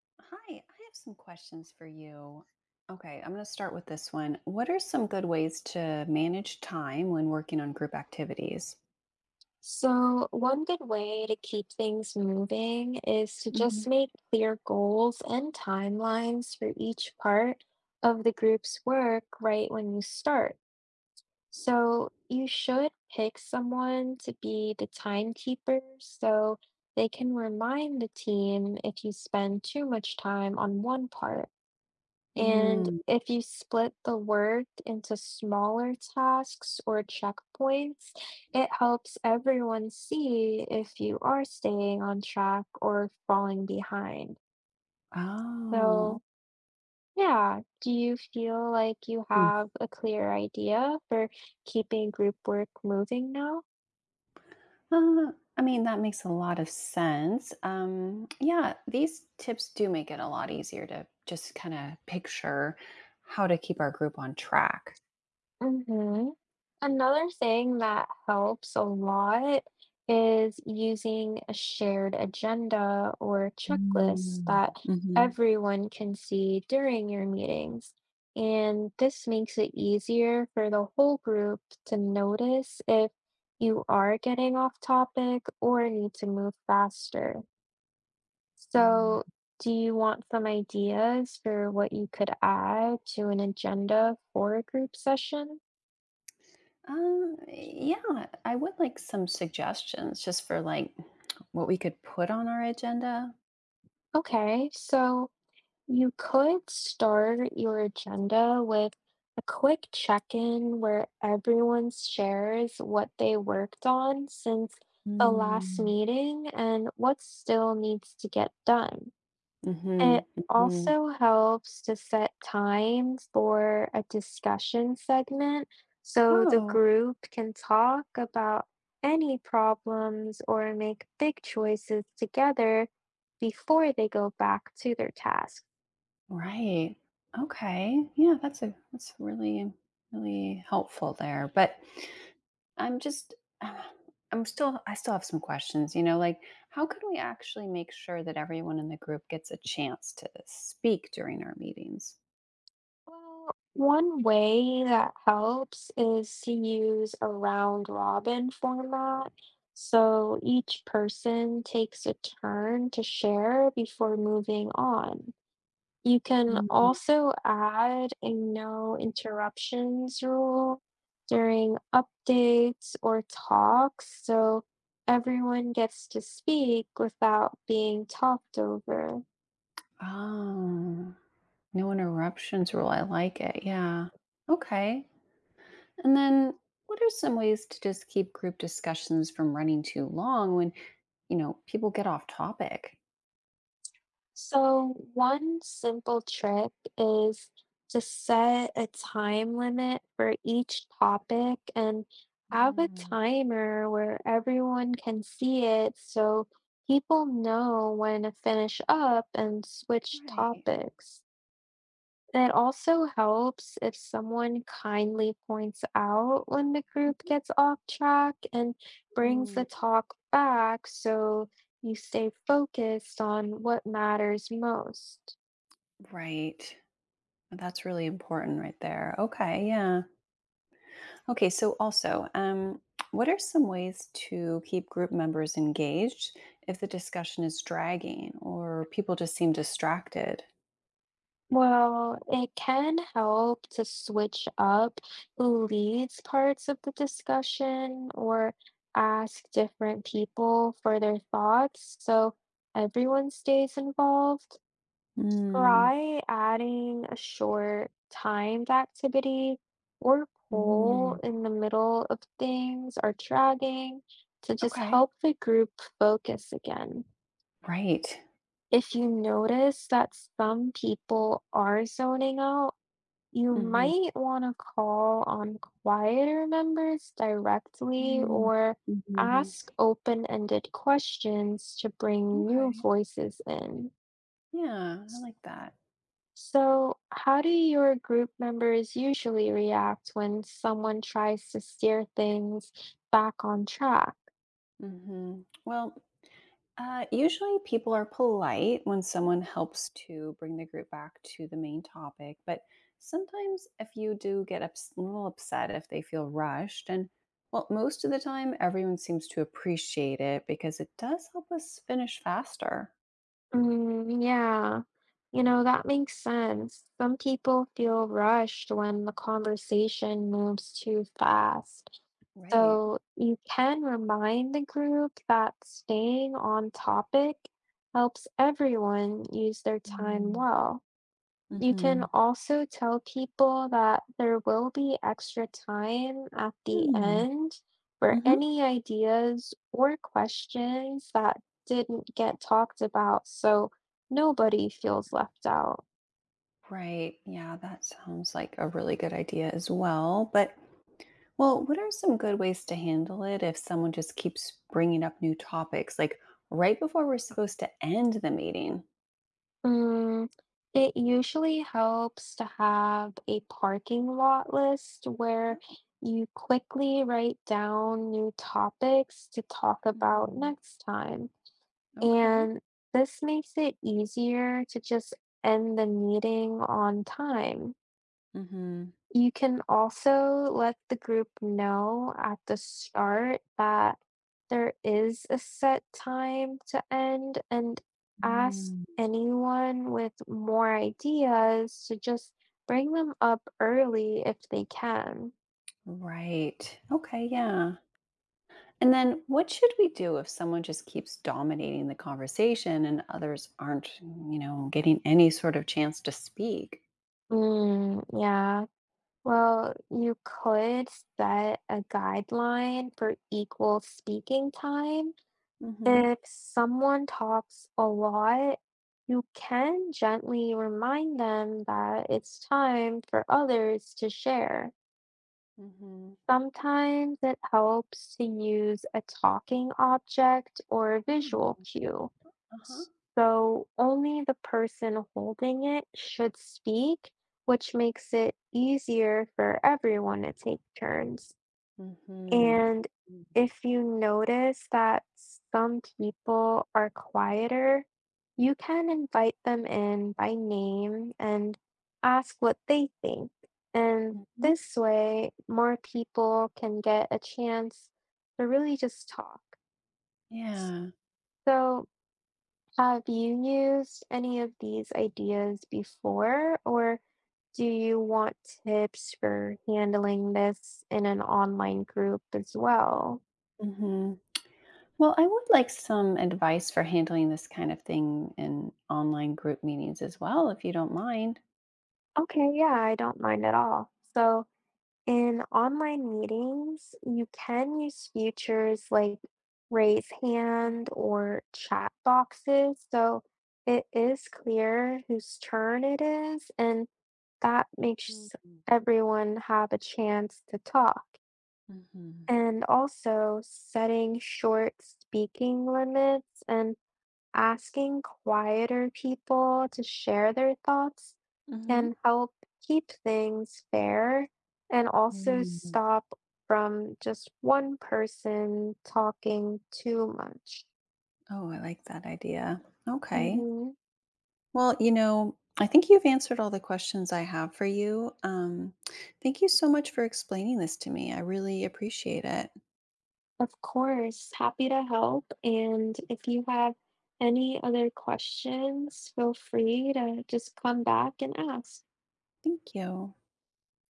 Hi, I have some questions for you. Okay, I'm going to start with this one. What are some good ways to manage time when working on group activities? So, one good way to keep things moving is to Mhm. just make clear goals and timelines for each part of the group's work right when you start. So, you should pick someone to be the timekeeper so they can remind the team if you spend too much time on one part. And Mm, if you split the work into smaller tasks or checkpoints, it helps everyone see if you are staying on track or falling behind. So, oh, yeah, do you feel like you mm. have a clear idea for keeping group work moving now? I mean, that makes a lot of sense. Yeah, these tips do make it a lot easier to just kind of picture how to keep our group on track. Mm-hmm. Another thing that helps a lot is using a shared agenda or checklist Mm, that mhm, everyone can see during your meetings. And this makes it easier for the whole group to notice if you are getting off topic or need to move faster. So, mm. do you want some ideas for what you could add to an agenda for a group session? Yeah, I would like some suggestions just for like what we could put on our agenda. Okay, so you could start your agenda with a quick check in where everyone shares what they worked on since the last Mm, meeting and what still needs to get done. mm-hmm. It Mm-hmm. also helps to set time for a discussion segment so the Oh, group can talk about any problems or make big choices together before they go back to their tasks. right. Okay. Yeah, that's really really helpful there. But I'm just uh, I still have some questions, you know, like how could we actually make sure that everyone in the group gets a chance to speak during our meetings? Well, one way that helps is to use a round robin format. So each person takes a turn to share before moving on. You can Mm. also add a no interruptions rule during updates or talks so everyone gets to speak without being talked over. Oh. No interruptions rule. I like it. Yeah. Okay. And then what are some ways to just keep group discussions from running too long when, you know, people get off topic? So, one simple trick is to set a time limit for each topic and have a Mm, timer where everyone can see it so people know when to finish up and switch right. topics. It also helps if someone kindly points out when the group gets off track and brings the Mm, talk back so you stay focused on what matters most. right. That's really important right there. Okay, yeah. Okay, so also, what are some ways to keep group members engaged if the discussion is dragging or people just seem distracted? Well, it can help to switch up who leads parts of the discussion or ask different people for their thoughts so everyone stays involved. Mm, Try adding a short timed activity or poll mhm. in the middle of things or tagging to just Okay. help the group focus again. Right. If you notice that some people are zoning out, you Mhm. might want to call on quieter members directly Mm. or Mhm. ask open ended questions to bring new Okay. voices in. Yeah, I like that. So, how do your group members usually react when someone tries to steer things back on track? Mhm. Well, usually people are polite when someone helps to bring the group back to the main topic, but sometimes if you do get a little upset if they feel rushed, and well, most of the time everyone seems to appreciate it because it does help us finish faster. Mm, yeah, you know, that makes sense. Some people feel rushed when the conversation moves too fast. Right. So, you can remind the group that staying on topic helps everyone use their time Mm. well. You can Mm-hmm. also tell people that there will be extra time at the Mm. end for Mhm. any ideas or questions that didn't get talked about, so nobody feels left out. Right. Yeah, that sounds like a really good idea as well. But, well, what are some good ways to handle it if someone just keeps bringing up new topics, like right before we're supposed to end the meeting? Mm, it usually helps to have a parking lot list where Oh, you quickly write down new topics to talk about mhm. next time. Okay. And this makes it easier to just end the meeting on time. Hmm. You can also let the group know at the start that there is a set time to end and ask Mm, anyone with more ideas to just bring them up early if they can. right. Okay. Yeah. And then what should we do if someone just keeps dominating the conversation and others aren't, mm, you know, getting any sort of chance to speak? Mm, yeah, well, you could set a guideline for equal speaking time. Mm-hmm. If someone talks a lot, you can gently remind them that it's time for others to share. Mm-hmm. Sometimes it helps to use a talking object or a Oh, visual cue. uh-huh. So only the person holding it should speak, which makes it easier for everyone to take turns. Mhm. And Mhm. if you notice that some people are quieter, you can invite them in by name and ask what they think. And Mhm. this way, more people can get a chance to really just talk. Yeah. So, have you used any of these ideas before, or do you want tips for handling this in an online group as well? Mhm. Well, I would like some advice for handling this kind of thing in online group meetings as well, if you don't mind. Okay, yeah, I don't mind at all. So, in online meetings, you can use features like raise Uh-huh. hand or chat boxes. So, it is clear whose turn it is, and that makes Mhm. everyone have a chance to talk. Mhm. And also, setting short speaking limits and asking quieter people to share their thoughts Mhm. can help keep things fair and also Mm. stop from just one person talking too much. Oh, I like that idea. Okay. Mm-hmm. Well, you know, I think you've answered all the questions I have for you. Thank you so much for explaining this to me. I really appreciate it. Of course, happy to help. And if you have any other questions, feel free to just come back and ask. Thank you.